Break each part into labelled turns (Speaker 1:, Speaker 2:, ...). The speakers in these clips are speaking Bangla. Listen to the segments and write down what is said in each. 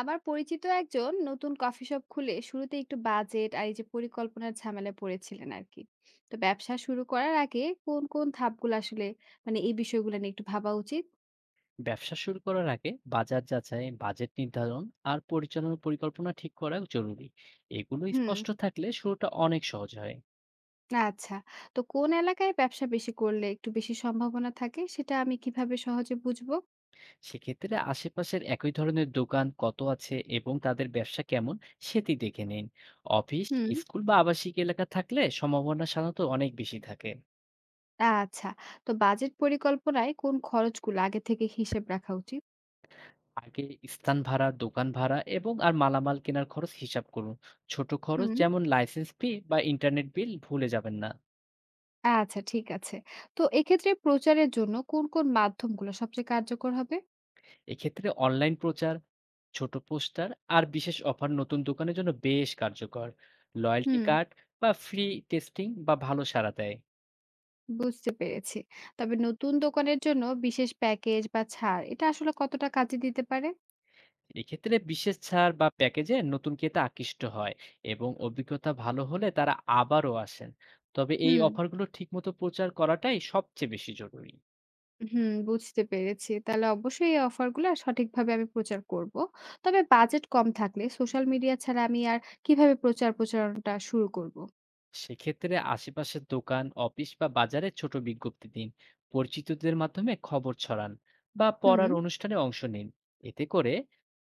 Speaker 1: আমার পরিচিত একজন নতুন কফি শপ খুলে শুরুতে একটু বাজেট আর এই যে পরিকল্পনার ঝামেলায় পড়েছিলেন আর কি। তো ব্যবসা শুরু করার আগে কোন কোন ধাপগুলো আসলে এই বিষয়গুলো নিয়ে একটু ভাবা উচিত?
Speaker 2: ব্যবসা শুরু করার আগে বাজার যাচাই, বাজেট নির্ধারণ আর পরিচালনা পরিকল্পনা ঠিক করা জরুরি। এগুলো
Speaker 1: হুম।
Speaker 2: স্পষ্ট থাকলে শুরুটা অনেক সহজ হয়।
Speaker 1: আচ্ছা। তো কোন এলাকায় ব্যবসা বেশি করলে একটু বেশি সম্ভাবনা থাকে সেটা আমি কিভাবে সহজে বুঝবো?
Speaker 2: সেক্ষেত্রে আশেপাশের একই ধরনের দোকান কত আছে এবং তাদের ব্যবসা কেমন, সেটি দেখে নিন। অফিস,
Speaker 1: হুম।
Speaker 2: স্কুল বা আবাসিক এলাকা থাকলে সম্ভাবনা সাধারণত অনেক বেশি থাকে।
Speaker 1: আচ্ছা। তো বাজেট পরিকল্পনায় কোন খরচগুলো আগে থেকে হিসেব রাখা উচিত?
Speaker 2: আগে স্থান ভাড়া, দোকান ভাড়া এবং আর মালামাল কেনার খরচ হিসাব করুন। ছোট খরচ
Speaker 1: হুম।
Speaker 2: যেমন লাইসেন্স ফি বা ইন্টারনেট বিল ভুলে যাবেন না।
Speaker 1: আচ্ছা, ঠিক আছে। তো এক্ষেত্রে প্রচারের জন্য কোন কোন মাধ্যমগুলো সবচেয়ে কার্যকর হবে?
Speaker 2: এক্ষেত্রে অনলাইন প্রচার, ছোট পোস্টার আর বিশেষ অফার নতুন দোকানের জন্য বেশ কার্যকর। লয়্যাল্টি
Speaker 1: হুম,
Speaker 2: কার্ড বা ফ্রি টেস্টিং বা ভালো সাড়া দেয়।
Speaker 1: বুঝতে পেরেছি। তবে নতুন দোকানের জন্য বিশেষ প্যাকেজ বা ছাড় এটা আসলে কতটা কাজে দিতে পারে?
Speaker 2: এক্ষেত্রে বিশেষ ছাড় বা প্যাকেজে নতুন ক্রেতা আকৃষ্ট হয় এবং অভিজ্ঞতা ভালো হলে তারা আবারও আসেন। তবে এই
Speaker 1: হুম,
Speaker 2: অফারগুলো ঠিকমতো প্রচার করাটাই সবচেয়ে বেশি জরুরি।
Speaker 1: হুম, বুঝতে পেরেছি। তাহলে অবশ্যই এই অফারগুলা সঠিকভাবে আমি প্রচার করব। তবে বাজেট কম থাকলে সোশ্যাল মিডিয়া ছাড়া আমি আর কিভাবে প্রচারণাটা শুরু করব?
Speaker 2: সেক্ষেত্রে আশেপাশের দোকান, অফিস বা বাজারে ছোট বিজ্ঞপ্তি দিন। পরিচিতদের মাধ্যমে খবর ছড়ান বা
Speaker 1: হুম।
Speaker 2: পড়ার অনুষ্ঠানে অংশ নিন। এতে করে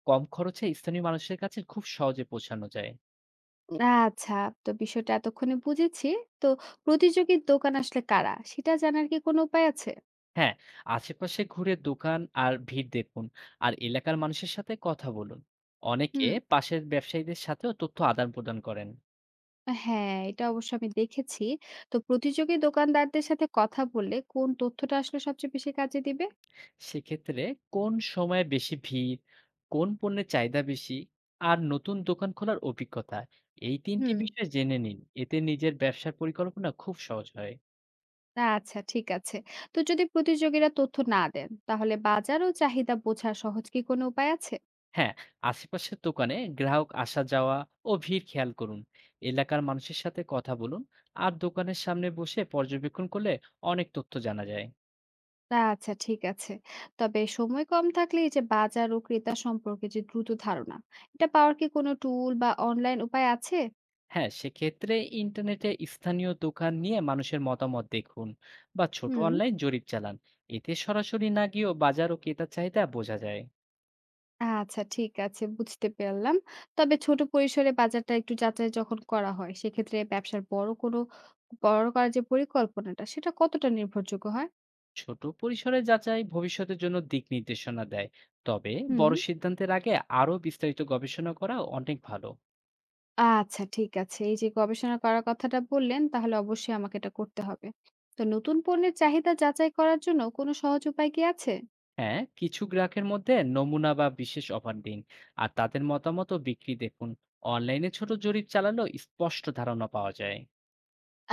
Speaker 2: কম খরচে স্থানীয় মানুষের কাছে খুব সহজে পৌঁছানো যায়।
Speaker 1: আচ্ছা। তো বিষয়টা এতক্ষণে বুঝেছি। তো প্রতিযোগীর দোকান আসলে কারা সেটা জানার কি কোনো উপায় আছে?
Speaker 2: হ্যাঁ, আশেপাশে ঘুরে দোকান আর ভিড় দেখুন আর এলাকার মানুষের সাথে কথা বলুন। অনেকে
Speaker 1: হুম।
Speaker 2: পাশের ব্যবসায়ীদের সাথেও তথ্য আদান-প্রদান করেন।
Speaker 1: হ্যাঁ, এটা অবশ্য আমি দেখেছি। তো প্রতিযোগী দোকানদারদের সাথে কথা বললে কোন তথ্যটা আসলে সবচেয়ে বেশি কাজে দিবে?
Speaker 2: সেক্ষেত্রে কোন সময়ে বেশি ভিড়, কোন পণ্যের চাহিদা বেশি আর নতুন দোকান খোলার অভিজ্ঞতা, এই ৩ টি
Speaker 1: হুম।
Speaker 2: বিষয় জেনে নিন। এতে নিজের ব্যবসার পরিকল্পনা খুব সহজ হয়।
Speaker 1: আচ্ছা, ঠিক আছে। তো যদি প্রতিযোগীরা তথ্য না দেন, তাহলে বাজার ও চাহিদা বোঝা সহজ কি কোনো উপায় আছে?
Speaker 2: হ্যাঁ, আশেপাশের দোকানে গ্রাহক আসা যাওয়া ও ভিড় খেয়াল করুন, এলাকার মানুষের সাথে কথা বলুন আর দোকানের সামনে বসে পর্যবেক্ষণ করলে অনেক তথ্য জানা যায়।
Speaker 1: আচ্ছা, ঠিক আছে। তবে সময় কম থাকলে এই যে বাজার ও ক্রেতা সম্পর্কে যে দ্রুত ধারণা, এটা পাওয়ার কি কোনো টুল বা অনলাইন উপায় আছে?
Speaker 2: হ্যাঁ, সেক্ষেত্রে ইন্টারনেটে স্থানীয় দোকান নিয়ে মানুষের মতামত দেখুন বা ছোট
Speaker 1: হুম।
Speaker 2: অনলাইন জরিপ চালান। এতে সরাসরি না গিয়েও বাজার ও ক্রেতার চাহিদা বোঝা যায়।
Speaker 1: আচ্ছা, ঠিক আছে, বুঝতে পারলাম। তবে ছোট পরিসরে বাজারটা একটু যাচাই যখন করা হয়, সেক্ষেত্রে ব্যবসার বড় করার যে পরিকল্পনাটা সেটা কতটা নির্ভরযোগ্য হয়?
Speaker 2: ছোট পরিসরে যাচাই ভবিষ্যতের জন্য দিক নির্দেশনা দেয়, তবে
Speaker 1: হুম।
Speaker 2: বড় সিদ্ধান্তের আগে আরো বিস্তারিত গবেষণা করা অনেক ভালো।
Speaker 1: আচ্ছা, ঠিক আছে। এই যে গবেষণা করার কথাটা বললেন, তাহলে অবশ্যই আমাকে এটা করতে হবে। তো নতুন পণ্যের চাহিদা যাচাই করার জন্য কোনো সহজ উপায় কি আছে?
Speaker 2: হ্যাঁ, কিছু গ্রাহকের মধ্যে নমুনা বা বিশেষ অফার দিন আর তাদের মতামত ও বিক্রি দেখুন। অনলাইনে ছোট জরিপ চালালেও স্পষ্ট ধারণা পাওয়া যায়।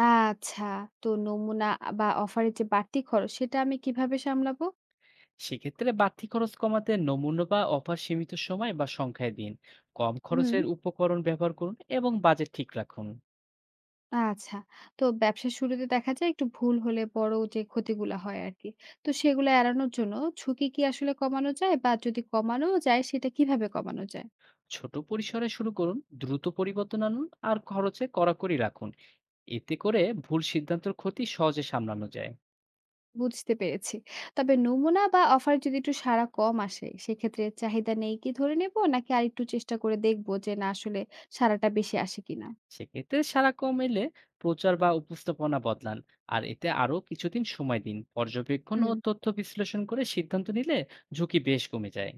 Speaker 1: আচ্ছা। তো নমুনা বা অফারের যে বাড়তি খরচ সেটা আমি কিভাবে সামলাবো?
Speaker 2: সেক্ষেত্রে বাড়তি খরচ কমাতে নমুনা বা অফার সীমিত সময় বা সংখ্যায় দিন, কম
Speaker 1: হুম।
Speaker 2: খরচের উপকরণ ব্যবহার করুন এবং বাজেট ঠিক রাখুন।
Speaker 1: আচ্ছা। তো ব্যবসার শুরুতে দেখা যায় একটু ভুল হলে বড় যে ক্ষতিগুলা হয় আরকি। তো সেগুলা এড়ানোর জন্য ঝুঁকি কি আসলে কমানো যায়? বা যদি কমানোও যায় সেটা কিভাবে কমানো যায়?
Speaker 2: ছোট পরিসরে শুরু করুন, দ্রুত পরিবর্তন আনুন আর খরচে কড়াকড়ি রাখুন। এতে করে ভুল সিদ্ধান্তের ক্ষতি সহজে সামলানো যায়।
Speaker 1: বুঝতে পেরেছি। তবে নমুনা বা অফার যদি একটু সাড়া কম আসে সেক্ষেত্রে চাহিদা নেই কি ধরে নেব? নাকি আরেকটু চেষ্টা করে দেখব যে না আসলে সাড়াটা বেশি আসে কিনা?
Speaker 2: সেক্ষেত্রে সাড়া কম এলে প্রচার বা উপস্থাপনা বদলান আর এতে আরো কিছুদিন সময় দিন। পর্যবেক্ষণ ও
Speaker 1: হুম।
Speaker 2: তথ্য বিশ্লেষণ করে সিদ্ধান্ত নিলে ঝুঁকি বেশ কমে যায়।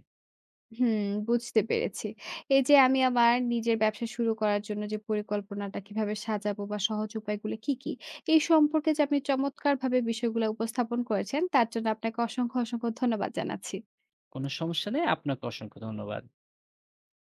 Speaker 1: হুম, বুঝতে পেরেছি। এই যে আমি আমার নিজের ব্যবসা শুরু করার জন্য যে পরিকল্পনাটা কিভাবে সাজাবো বা সহজ উপায়গুলো কি, কি? এই সম্পর্কে যে আপনি চমৎকারভাবে বিষয়গুলা উপস্থাপন করেছেন তার জন্য আপনাকে অসংখ্য ধন্যবাদ জানাচ্ছি।
Speaker 2: কোনো সমস্যা নেই, আপনাকে অসংখ্য ধন্যবাদ।